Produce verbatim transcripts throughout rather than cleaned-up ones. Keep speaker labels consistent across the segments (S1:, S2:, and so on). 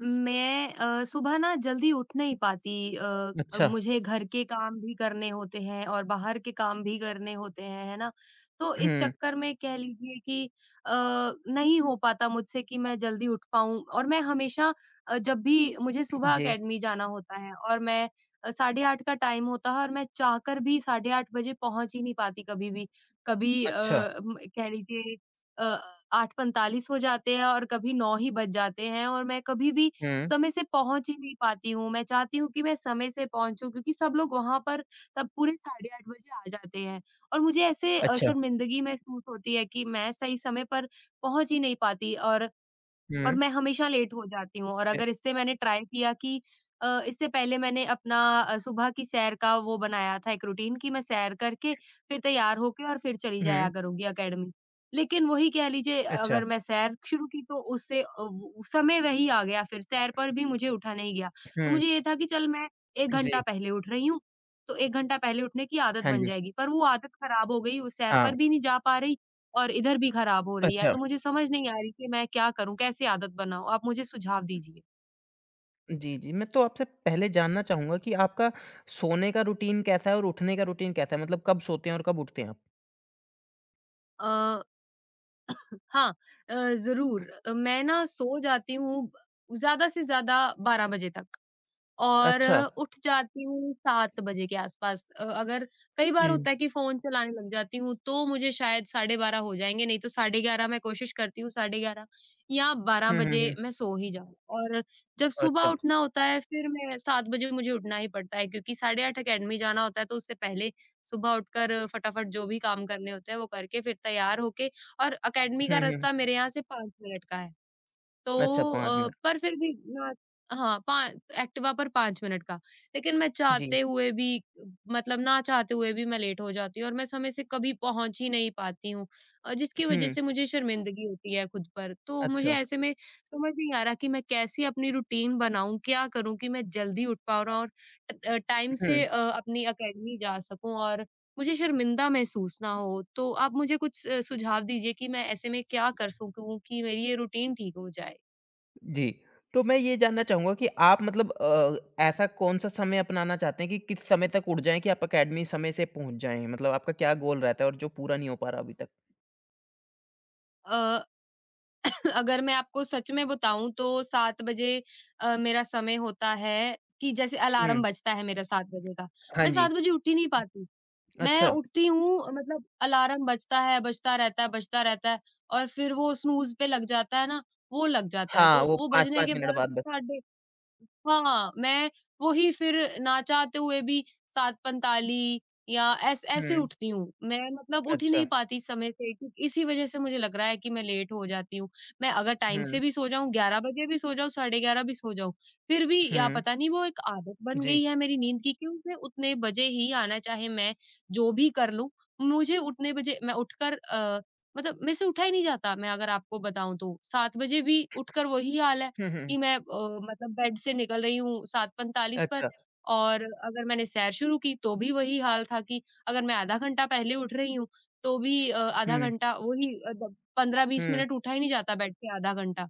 S1: मैं अ, सुबह ना जल्दी उठ नहीं पाती अ,
S2: अच्छा।
S1: मुझे घर के काम भी करने होते हैं और बाहर के काम भी करने होते हैं, है ना? तो इस
S2: हुँ।
S1: चक्कर में कह लीजिए कि अ, नहीं हो पाता मुझसे कि मैं जल्दी उठ पाऊँ और मैं हमेशा अ, जब भी मुझे सुबह
S2: जी।
S1: अकेडमी जाना होता है और मैं अ, साढ़े आठ का टाइम होता है और मैं चाहकर भी साढ़े आठ बजे पहुँच ही नहीं पाती कभी भी। कभी अ,
S2: अच्छा।
S1: म कह लीजिए अ, आठ बजकर पैंतालीस हो जाते हैं और कभी नौ ही बज जाते हैं और मैं कभी भी
S2: हुँ।
S1: समय से पहुँच ही नहीं पाती हूँ। मैं चाहती हूँ कि मैं समय से पहुँचूँ क्योंकि सब लोग वहाँ पर तब पूरे साढ़े आठ बजे आ जाते हैं और मुझे ऐसे अ,
S2: अच्छा।
S1: शर्मिंदगी महसूस होती है कि मैं सही समय पर पहुँच ही नहीं पाती और और
S2: हुँ।
S1: मैं हमेशा लेट हो जाती हूँ और
S2: ए
S1: अगर इससे मैंने ट्राई किया कि अ, इससे पहले मैंने अपना अ, सुबह की सैर का वो बनाया था एक रूटीन कि मैं सैर करके फिर तैयार होके और फिर चली जाया
S2: हुँ।
S1: करूंगी एकेडमी। लेकिन वही कह लीजिए
S2: अच्छा।
S1: अगर मैं सैर शुरू की तो उससे अ, वो- समय वही आ गया फिर सैर पर भी मुझे उठा नहीं गया। तो
S2: हुँ।
S1: मुझे ये था कि चल मैं एक घंटा
S2: जी।
S1: पहले उठ रही हूँ तो एक घंटा पहले उठने की आदत
S2: हाँ
S1: बन
S2: जी।
S1: जाएगी पर वो आदत खराब हो गई वो सैर
S2: हाँ।
S1: पर भी नहीं जा पा रही और इधर भी खराब हो रही है,
S2: अच्छा।
S1: तो मुझे समझ नहीं आ रही कि मैं क्या करूँ? कैसे आदत बनाऊँ? आप मुझे सुझाव दीजिए।
S2: जी, जी, मैं तो आपसे पहले जानना चाहूँगा कि आपका सोने का रूटीन कैसा है और उठने का रूटीन कैसा है? मतलब कब सोते हैं और कब उठते हैं आप?
S1: अ, हाँ अ, ज़रूर। मैं ना सो जाती हूँ ज़्यादा से ज़्यादा बारह बजे तक। और
S2: अच्छा।
S1: उठ जाती हूँ सात बजे के आसपास अ, अगर कई बार
S2: हुँ,
S1: होता है कि फ़ोन चलाने लग जाती हूँ, तो मुझे शायद साढ़े बारह हो जाएँगे, नहीं तो साढ़े ग्यारह मैं कोशिश करती हूँ, साढ़े ग्यारह या बारह
S2: हुँ, हुँ।
S1: बजे
S2: हुँ,
S1: मैं सो ही जाऊँ। और जब सुबह
S2: अच्छा।
S1: उठना होता है, फिर मैं सात बजे मुझे उठना ही पड़ता है क्योंकि साढ़े आठ अकेडमी जाना होता है, तो उससे पहले सुबह उठकर फटाफट जो भी काम करने होते हैं, वो करके फिर तैयार होके और अकेडमी का
S2: हुँ, हुँ।
S1: रास्ता मेरे यहाँ से पाँच मिनट का है।
S2: अच्छा
S1: तो
S2: पाँच
S1: अ,
S2: मिनट।
S1: पर फिर भी ना हाँ, पा एक्टिवा पर पाँच मिनट का। लेकिन मैं
S2: जी।
S1: चाहते हुए भी मतलब ना चाहते हुए भी मैं लेट हो जाती हूँ और मैं समय से कभी पहुँच ही नहीं पाती हूँ और जिसकी वज़ह
S2: हुँ।
S1: से मुझे शर्मिंदगी होती है खुद पर। तो मुझे
S2: अच्छा।
S1: ऐसे में समझ नहीं आ रहा कि मैं कैसी अपनी रूटीन बनाऊँ, क्या करूँ कि मैं जल्दी उठ पाऊँ और अ, टाइम से
S2: हुँ।
S1: अ, अपनी अकेडमी जा सकूँ और मुझे शर्मिंदा महसूस ना हो। तो आप मुझे कुछ अ, सुझाव दीजिए कि मैं ऐसे में क्या कर सकूँ कि मेरी ये रूटीन ठीक हो जाए?
S2: जी, तो मैं ये जानना चाहूँगा कि आप मतलब अ, ऐसा कौन-सा समय अपनाना चाहते हैं कि किस समय तक उठ जाएँ कि आप अकेडमी समय से पहुँच जाएँ? मतलब आपका क्या गोल रहता है और जो पूरा नहीं हो पा रहा अभी तक?
S1: अ, अगर मैं आपको सच में बताऊँ तो सात बजे अ, मेरा समय होता है कि जैसे अलार्म
S2: हुँ।
S1: बजता है मेरा सात बजे का,
S2: हाँ
S1: मैं
S2: जी।
S1: सात बजे उठ ही नहीं पाती। मैं
S2: अच्छा,
S1: उठती हूँ मतलब अलार्म बजता है, बजता रहता है, बजता रहता है और फिर वो स्नूज़ पे लग जाता है ना, वो लग जाता है।
S2: हाँ,
S1: तो
S2: वो
S1: वो बजने
S2: पाँच पाँच
S1: के
S2: मिनट
S1: बाद
S2: बाद बस।
S1: साढ़े हाँ, मैं वही फिर ना चाहते हुए भी सात बजकर पैंतालीस या ऐस ऐसे
S2: हुँ।
S1: उठती हूँ। मैं मतलब उठ ही
S2: अच्छा।
S1: नहीं पाती समय से कि इसी वज़ह से मुझे लग रहा है कि मैं लेट हो जाती हूँ। मैं अगर टाइम
S2: हुँ,
S1: से भी सो जाऊँ, ग्यारह बजे भी सो जाऊँ, साढ़े ग्यारह भी सो जाऊँ, फिर भी या
S2: हुँ,
S1: पता नहीं वो एक आदत बन
S2: जी।
S1: गई है मेरी नींद की कि मुझे उतने बजे ही आना चाहे मैं जो भी कर लूँ, मुझे उतने बजे मैं उठकर अ, मतलब मेरे से उठा ही नहीं जाता मैं अगर आपको बताऊँ तो। सात बजे भी उठकर वही हाल है।
S2: हुँ, हुँ।
S1: कि मैं अ, मतलब बेड से निकल रही हूँ सात बजकर पैंतालीस पर
S2: अच्छा।
S1: और अगर मैंने सैर शुरू की तो भी वही हाल था कि अगर मैं आधा घंटा पहले उठ रही हूँ तो भी अ, आधा
S2: हुँ,
S1: घंटा वही अ, द पंद्रह बीस
S2: हुँ,
S1: मिनट उठा ही नहीं जाता बेड से आधा घंटा।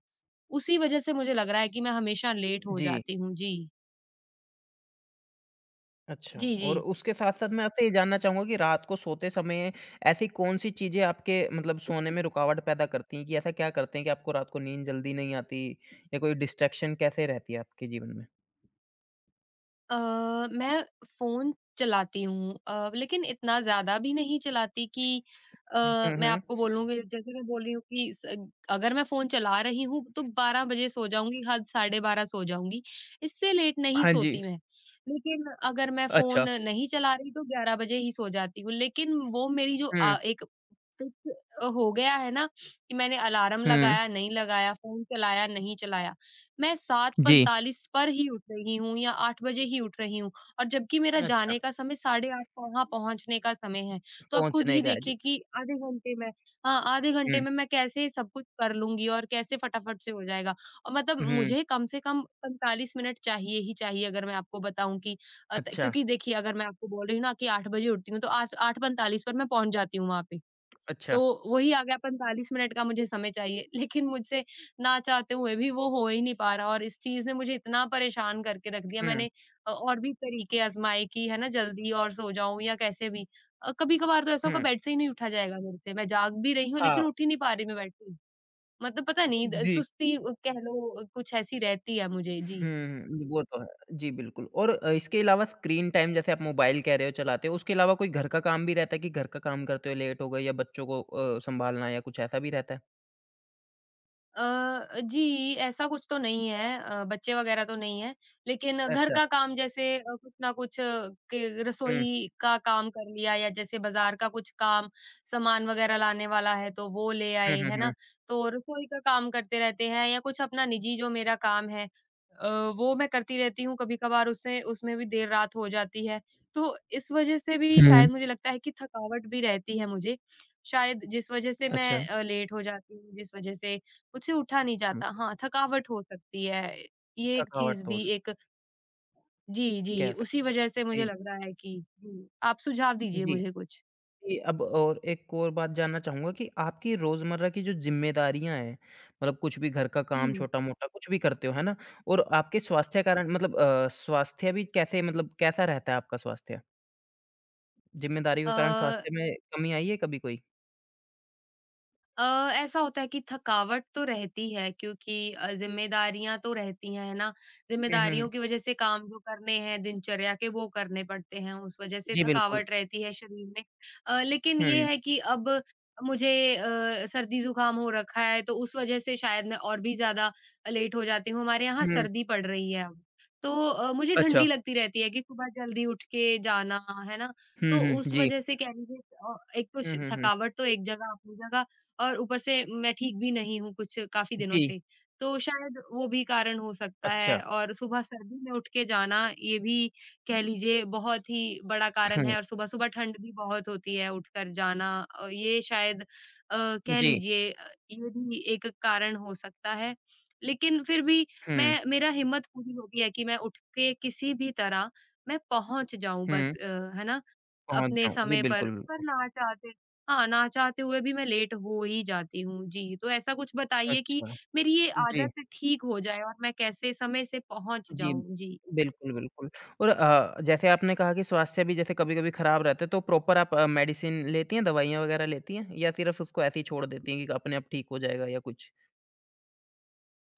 S1: उसी वज़ह से मुझे लग रहा है कि मैं हमेशा लेट हो
S2: जी।
S1: जाती हूँ। जी।
S2: अच्छा,
S1: जी,
S2: और
S1: जी।
S2: उसके साथ-साथ मैं आपसे ये जानना चाहूँगा कि रात को सोते समय ऐसी कौन-सी चीज़ें आपके मतलब सोने में रुकावट पैदा करती हैं कि ऐसा क्या करते हैं कि आपको रात को नींद जल्दी नहीं आती या कोई डिस्ट्रैक्शन कैसे रहती है आपके जीवन में?
S1: अ, मैं फ़ोन चलाती हूँ अ, लेकिन इतना ज़्यादा भी नहीं चलाती कि अ,
S2: हुँ,
S1: मैं
S2: हुँ।
S1: आपको बोलूँ कि जैसे मैं बोल रही हूँ कि स अगर मैं फ़ोन चला रही हूँ, तो बारह बजे सो जाऊँगी, हद साढ़े बारह सो जाऊँगी, इससे लेट नहीं
S2: हाँ जी।
S1: सोती मैं। लेकिन अगर मैं
S2: अच्छा।
S1: फ़ोन नहीं चला रही, तो ग्यारह बजे ही सो जाती हूँ, लेकिन वो मेरी जो
S2: हुँ,
S1: अ, एक कुछ हो गया है ना कि मैंने अलार्म
S2: हुँ।
S1: लगाया, नहीं लगाया, फ़ोन चलाया, नहीं चलाया। मैं
S2: जी।
S1: सात बजकर पैंतालीस पर ही उठ रही हूँ या आठ बजे ही उठ रही हूँ और जबकि मेरा
S2: अच्छा,
S1: जाने का समय साढ़े आठ वहाँ पहुँचने का समय है। तो आप खुद
S2: पहुँचने
S1: ही
S2: का है,
S1: देखिए
S2: जी।
S1: कि आधे घंटे में हाँ, आधे
S2: हुँ,
S1: घंटे में मैं कैसे सब कुछ कर लूँगी और कैसे फटाफट से हो जाएगा। और मतलब
S2: हुँ।
S1: मुझे कम से कम पैंतालीस मिनट चाहिए ही चाहिए अगर मैं आपको बताऊँ कि अ, त
S2: अच्छा।
S1: क्योंकि देखिए अगर मैं आपको बोल रही हूँ ना कि आठ बजे उठती हूँ तो आठ आठ बजकर पैंतालीस पर मैं पहुँच जाती हूँ वहाँ पे। तो
S2: अच्छा।
S1: वही आ गया पैंतालीस मिनट का मुझे समय चाहिए लेकिन मुझसे ना चाहते हुए भी वो हो ही नहीं पा रहा और इस चीज़ ने मुझे इतना परेशान करके रख दिया
S2: हुँ,
S1: मैंने अ, और भी तरीके आजमाए कि है ना जल्दी और सो जाऊं या कैसे भी कभी कभार तो ऐसा होगा
S2: हुँ।
S1: बेड से ही नहीं उठा जाएगा मेरे से मैं जाग भी रही हूँ
S2: हाँ,
S1: लेकिन उठ ही नहीं पा रही मैं बेड से मतलब पता नहीं द-
S2: जी।
S1: सुस्ती अ, कह लो अ, कुछ ऐसी रहती है मुझे जी।
S2: हुँ, वो तो है। जी, बिल्कुल। और अ, इसके अलावा स्क्रीन टाइम जैसे आप मोबाइल कह रहे हो चलाते हो, उसके अलावा कोई घर का काम भी रहता है कि घर का काम करते हुए लेट हो गए या बच्चों को अ, सँभालना या कुछ ऐसा भी रहता है?
S1: अ, जी, ऐसा कुछ तो नहीं है अ, बच्चे वगैरह तो नहीं हैं, लेकिन घर
S2: अच्छा।
S1: का काम जैसे अ, कुछ ना कुछ अ, के
S2: हुँ।
S1: रसोई का काम कर लिया या जैसे बाज़ार का कुछ काम, सामान वगैरह लाने वाला है तो वो ले
S2: हुँ,
S1: आए,
S2: हुँ,
S1: है
S2: हुँ।
S1: ना? तो रसोई का काम करते रहते हैं या कुछ अपना निजी जो मेरा काम है अ, वो मैं करती रहती हूँ, कभी-कभार उसे उसमें भी देर रात हो जाती है। तो इस वज़ह से भी
S2: हुँ,
S1: शायद मुझे लगता है कि थकावट भी रहती है मुझे, शायद जिस वज़ह से मैं
S2: अच्छा।
S1: अ, लेट हो जाती हूँ, जिस वज़ह से उसे उठा नहीं
S2: हुँ,
S1: जाता। हाँ, थकावट हो सकती है, ये एक
S2: थकावट
S1: चीज़
S2: तो हो
S1: भी
S2: सक
S1: एक जी,
S2: कह
S1: जी, उसी
S2: सकते।
S1: वज़ह से मुझे
S2: जी,
S1: लग रहा है कि जी, आप सुझाव दीजिए
S2: जी।
S1: मुझे कुछ।
S2: जी, अब और एक और बात जानना चाहूँगा कि आपकी रोज़मर्रा की जो ज़िम्मेदारियाँ हैं, मतलब कुछ भी घर का काम
S1: हुँ।
S2: छोटा-मोटा कुछ भी करते हो, है ना? और आपके स्वास्थ्य कारण मतलब अ, स्वास्थ्य भी कैसे मतलब कैसा रहता है आपका स्वास्थ्य? ज़िम्मेदारी के
S1: अ
S2: कारण स्वास्थ्य में कमी आई है कभी कोई?
S1: अ, ऐसा होता है कि थकावट तो रहती है क्योंकि अ, ज़िम्मेदारियाँ तो रहती हैं, है ना?
S2: हुँ, हुँ,
S1: ज़िम्मेदारियों
S2: हुँ।
S1: की वज़ह से काम जो करने हैं दिनचर्या के वो करने पड़ते हैं, उस वज़ह से
S2: जी, बिल्कुल।
S1: थकावट रहती है शरीर में। अ, लेकिन ये
S2: हुँ,
S1: है कि अब मुझे अ, सर्दी-ज़ुकाम हो रखा है तो उस वज़ह से शायद मैं और भी ज़्यादा लेट हो जाती हूँ, हमारे यहाँ
S2: हुँ।
S1: सर्दी पड़ रही है अब। तो अ, मुझे
S2: अच्छा।
S1: ठंडी लगती रहती है कि सुबह जल्दी उठ के जाना, है ना?
S2: हुँ,
S1: तो
S2: हुँ।
S1: उस
S2: जी।
S1: वज़ह से कह लीजिए अ, एक तो
S2: हुँ,
S1: श
S2: हुँ, हुँ।
S1: थकावट तो एक जगह अपनी जगह और ऊपर से मैं ठीक भी नहीं हूँ कुछ काफ़ी दिनों
S2: जी।
S1: से, तो शायद वो भी कारण हो सकता
S2: अच्छा।
S1: है और सुबह सर्दी में उठ के जाना, ये भी कह लीजिए बहुत ही बड़ा कारण
S2: हाँ।
S1: है और सुबह-सुबह ठंड भी बहुत होती है उठकर जाना अ, ये शायद अ, कह
S2: जी।
S1: लीजिए अ, ये भी एक कारण हो सकता है। लेकिन फिर भी
S2: हुँ,
S1: मैं मेरा हिम्मत पूरी होती है कि मैं उठ के किसी भी तरह मैं पहुँच जाऊँ बस
S2: हुँ।
S1: अ, है ना?
S2: पहुँच
S1: अपने
S2: जाऊँ। जी,
S1: समय पर,
S2: बिल्कुल,
S1: पर
S2: बिल्कुल।
S1: ना चाहते हाँ, ना चाहते हुए भी मैं लेट हो ही जाती हूँ। जी, तो ऐसा कुछ बताइए कि
S2: अच्छा।
S1: मेरी ये
S2: जी,
S1: आदत ठीक हो जाए और मैं कैसे समय से पहुँच
S2: जी।
S1: जाऊँ? जी।
S2: बिल्कुल, बिल्कुल। और अ, जैसे आपने कहा कि स्वास्थ्य भी जैसे कभी-कभी खराब रहता है, तो प्रॉपर आप अ, मेडिसिन लेती हैं, दवाइयाँ वगैरह लेती हैं या सिर्फ़ उसको ऐसे ही छोड़ देती हैं कि अपने आप ठीक हो जाएगा या कुछ?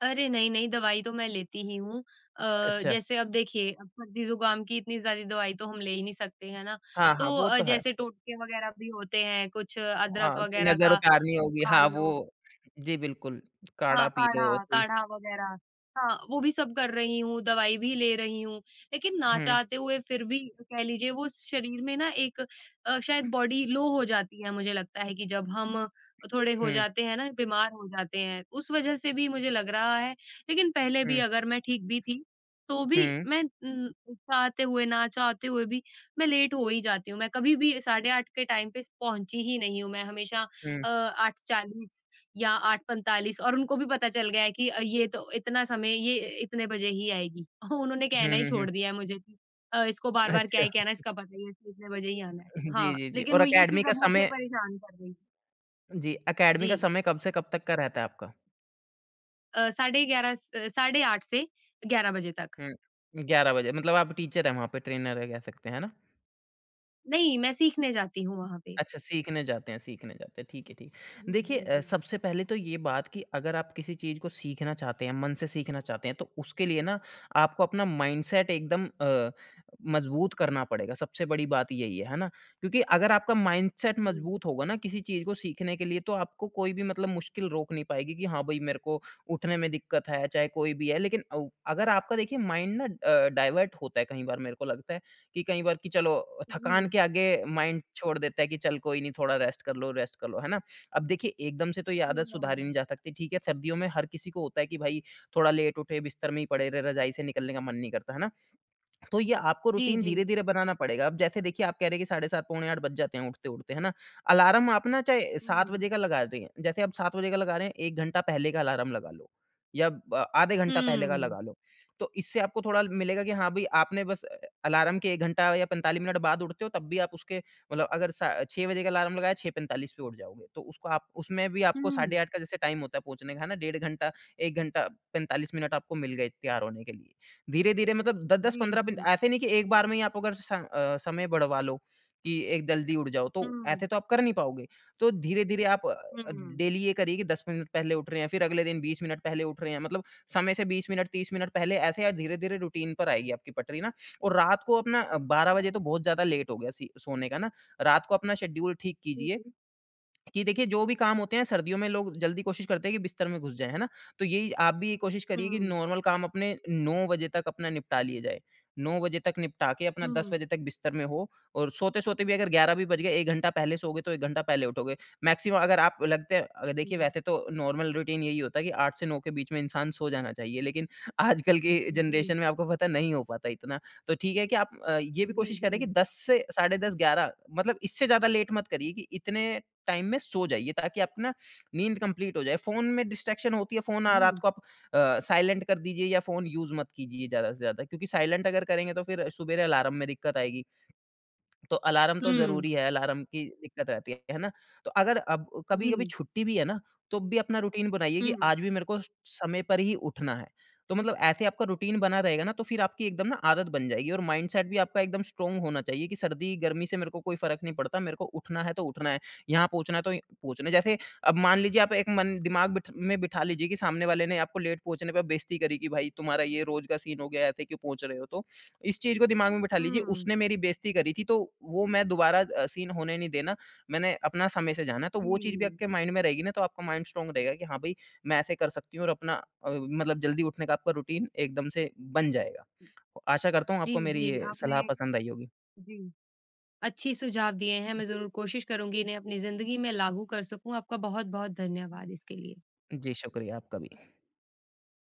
S1: अरे! नहीं, नहीं, दवाई तो मैं लेती ही हूँ। अ,
S2: अच्छा।
S1: जैसे अब देखिए, अब सर्दी-ज़ुकाम की इतनी सारी दवाई तो हम ले ही नहीं सकते, है ना?
S2: हाँ, हाँ,
S1: तो
S2: वो
S1: अ,
S2: तो है।
S1: जैसे टोटके वगैरह भी होते हैं, कुछ अदरक
S2: हाँ, कि
S1: वगैरह
S2: नज़र
S1: का
S2: उतारनी
S1: वो
S2: होगी।
S1: खा
S2: हाँ,
S1: लो
S2: वो। जी, बिल्कुल, काढ़ा
S1: हाँ,
S2: पी
S1: काढ़ा
S2: लो कोई।
S1: काढ़ा वगैरह। हाँ, वो भी सब कर रही हूँ, दवाई भी ले रही हूँ, लेकिन ना
S2: हुँ,
S1: चाहते हुए फिर भी कह लीजिए वो शरीर में ना एक अ, शायद बॉडी लो हो जाती है मुझे लगता है कि जब हम थोड़े हो
S2: हुँ,
S1: जाते हैं ना, बीमार हो जाते हैं, उस वज़ह से भी मुझे लग रहा है। लेकिन पहले भी
S2: हुँ,
S1: अगर मैं ठीक भी थी, तो भी
S2: हुँ,
S1: मैं उम, चाहते हुए, ना चाहते हुए भी मैं लेट हो ही जाती हूँ। मैं कभी भी साढ़े आठ के टाइम पे पहुँची ही नहीं हूँ, मैं हमेशा
S2: हुँ,
S1: अ, आठ बजकर चालीस या आठ बजकर पैंतालीस और उनको भी पता चल गया है कि अ, ये तो इतना समय ये इतने बजे ही आएगी। उन्होंने
S2: हुँ,
S1: कहना ही
S2: हुँ, हुँ।
S1: छोड़ दिया है मुझे कि अ, इसको बार-बार क्या
S2: अच्छा,
S1: ही कहना है, इसका पता ही है, इसने इतने बजे ही आना है।
S2: जी,
S1: हाँ,
S2: जी, जी।
S1: लेकिन
S2: और
S1: म ये
S2: अकेडमी
S1: चीज़
S2: का
S1: अब मुझे
S2: समय।
S1: परेशान कर रही है।
S2: जी, अकेडमी का
S1: जी।
S2: समय कब से कब तक का रहता है आपका?
S1: अ, साढ़े ग्यारह अ, साढ़े आठ से ग्यारह बजे तक।
S2: हुँ, ग्यारह बजे मतलब आप टीचर हैं वहाँ पे, ट्रेनर है कह सकते हैं, है ना?
S1: नहीं, मैं सीखने जाती हूँ वहाँ पे।
S2: अच्छा, सीखने जाते हैं सीखने जाते हैं, ठीक है, ठीक।
S1: जी,
S2: देखिए
S1: जी,
S2: अ,
S1: जी।
S2: सबसे पहले तो ये बात कि अगर आप किसी चीज़ को सीखना चाहते हैं, मन से सीखना चाहते हैं, तो उसके लिए ना आपको अपना माइंडसेट एकदम अ, मज़बूत करना पड़ेगा, सबसे बड़ी बात यही है, है ना? क्योंकि अगर आपका माइंडसेट
S1: जी,
S2: मज़बूत होगा ना किसी चीज़ को सीखने के लिए, तो आपको कोई भी मतलब मुश्किल रोक नहीं पाएगी कि हाँ भई, मेरे को उठने में दिक्कत है, चाहे कोई भी है। लेकिन अ, अगर आपका देखिए माइंड ना अ, डाइवर्ट होता है कई बार मेरे को लगता है कि कई बार कि चलो थकान
S1: जी,
S2: के आगे माइंड छोड़ देता है कि चल कोई नहीं थोड़ा रेस्ट कर लो, रेस्ट कर लो, है ना? अब देखिए एकदम से तो ये
S1: जी
S2: आदत सुधारी नहीं
S1: हाँ।
S2: जा सकती, ठीक है? सर्दियों में हर किसी को होता है कि भाई थोड़ा लेट उठे, बिस्तर में ही पड़े रहे, रज़ाई से निकलने का मन नहीं करता, है ना? तो ये आपको
S1: जी,
S2: रूटीन
S1: जी।
S2: धीरे-धीरे बनाना पड़ेगा। अब जैसे देखिए आप कह रहे हैं कि साढ़े सात पौने आठ बज जाते हैं उठते-उठते, है ना? अलार्म आप ना चाहे सात
S1: हुँ।
S2: बजे का लगा रही हैं, जैसे आप सात बजे का लगा रहे हैं एक घंटा पहले का अलार्म लगा लो या ब आधे घंटा पहले का
S1: हुँ,
S2: लगा लो। तो इससे आपको थोड़ा मिलेगा कि हाँ, भई आपने बस अ, अलार्म के एक घंटा या पैंतालीस मिनट बाद उठते हो तब भी आप उसके मतलब अगर सा छह बजे का अलार्म लगाया छह पैंतालीस पे उठ जाओगे। तो उसको आप उसमें भी आपको साढ़े
S1: हुँ।
S2: आठ का जैसे टाइम होता है पहुँचने का, है ना? डेढ़ घंटा, एक घंटा पैंतालीस मिनट आपको मिल गए तैयार होने के लिए। धीरे-धीरे मतलब दस दस,
S1: जी,
S2: पंद्रह
S1: जी।
S2: पिन ऐसे नहीं कि एक बार में ही आप अगर स अ, समय बढ़वा लो कि एक जल्दी उठ जाओ, तो
S1: हुँ,
S2: ऐसे तो आप कर नहीं पाओगे। तो धीरे-धीरे आप अ,
S1: हुँ।
S2: डेली ये करिए कि दस मिनट पहले उठ रहे हैं, फिर अगले दिन बीस मिनट पहले उठ रहे हैं, मतलब समय से बीस मिनट, तीस मिनट पहले ऐसे आप धीरे-धीरे रूटीन पर आएगी आपकी पटरी ना। और रात को अपना अ, बारह बजे
S1: हाँ।
S2: तो बहुत ज़्यादा लेट हो गया सी सोने का ना, रात को अपना शेड्यूल ठीक कीजिए
S1: हुँ,
S2: कि देखिए जो भी काम होते हैं सर्दियों में लोग जल्दी कोशिश करते हैं कि बिस्तर में घुस जाएँ, है ना? तो यही आप भी ये कोशिश करिए कि
S1: हुँ।
S2: नॉर्मल काम अपने नौ बजे तक अपना निपटा लिए जाए। नौ बजे तक निपटा के अपना दस
S1: हुँ,
S2: बजे तक बिस्तर में हो और सोते-सोते भी अगर ग्यारह भी बज गए एक घंटा पहले सोओगे तो एक घंटा पहले उठोगे। मैक्सिमम अगर आप लगते हैं अगर देखिए
S1: हुँ,
S2: वैसे तो नॉर्मल रूटीन यही होता है कि आठ से नौ के बीच में इंसान सो जाना चाहिए, लेकिन आजकल की जनरेशन
S1: जी,
S2: में आपको पता है नहीं हो पाता इतना। तो ठीक है कि आप अ, ये भी
S1: जी,
S2: कोशिश
S1: जी,
S2: करें कि
S1: जी,
S2: दस से साढ़े दस, ग्यारह मतलब इससे ज़्यादा लेट मत करिए कि इतने टाइम में सो जाइए ताकि आपकी ना नींद कंप्लीट हो जाए। फ़ोन में डिस्ट्रैक्शन होती है, फ़ोन अ, रात
S1: जी,
S2: को आप अ, साइलेंट कर दीजिए या फ़ोन यूज़ मत कीजिए ज़्यादा से ज़्यादा क्योंकि साइलेंट अगर करेंगे तो फिर सुबेरे अलार्म में दिक्कत आएगी। तो अलार्म तो
S1: हुँ।
S2: ज़रूरी है, अलार्म की दिक्कत रहती है, है ना? तो अगर अब कभी-कभी
S1: जी,
S2: छुट्टी भी है ना, तो भी अपना रूटीन बनाइए कि
S1: हुँ।
S2: आज भी मेरे को स समय पर ही उठना है। तो मतलब ऐसे आपका रूटीन बना रहेगा ना, तो फिर आपकी एकदम ना आदत बन जाएगी और माइंडसेट भी आपका एकदम स्ट्रॉन्ग होना चाहिए कि सर्दी-गर्मी से मेरे को कोई फ़र्क नहीं पड़ता, मेरे को उठना है तो उठना है, यहाँ पहुँचना है तो य पहुँचना है। जैसे अब मान लीजिए आप एक मन दिमाग बिठ में बिठा लीजिए कि सामने वाले ने आपको लेट पहुँचने पे बेइज़्ज़ती करी कि भाई तुम्हारा ये रोज़ का सीन हो गया, ऐसे क्यों पहुँच रहे हो? तो इस चीज़ को दिमाग में बिठा लीजिए
S1: हुँ,
S2: उसने मेरी बेइज़्ज़ती करी थी तो वो मैं दोबारा अ, सीन होने नहीं देना। मैंने अपना समय से जाना है तो वो चीज़ भी
S1: जी,
S2: आपके माइंड में रहेगी ना तो आपका माइंड स्ट्रॉन्ग रहेगा कि हाँ, भई मैं ऐसे कर सकती हूँ और अपना अ, मतलब जल्दी उठने का आपका रूटीन एकदम से बन जाएगा। आशा करता हूँ
S1: जी,
S2: आपको मेरी
S1: जी,
S2: ये
S1: आपने
S2: सलाह पसंद आई होगी।
S1: जी। अच्छी सुझाव दिए हैं, मैं ज़रूर कोशिश करूँगी इन्हें अपनी ज़िंदगी में लागू कर सकूँ। आपका बहुत-बहुत धन्यवाद इसके लिए।
S2: जी, शुक्रिया आपका भी।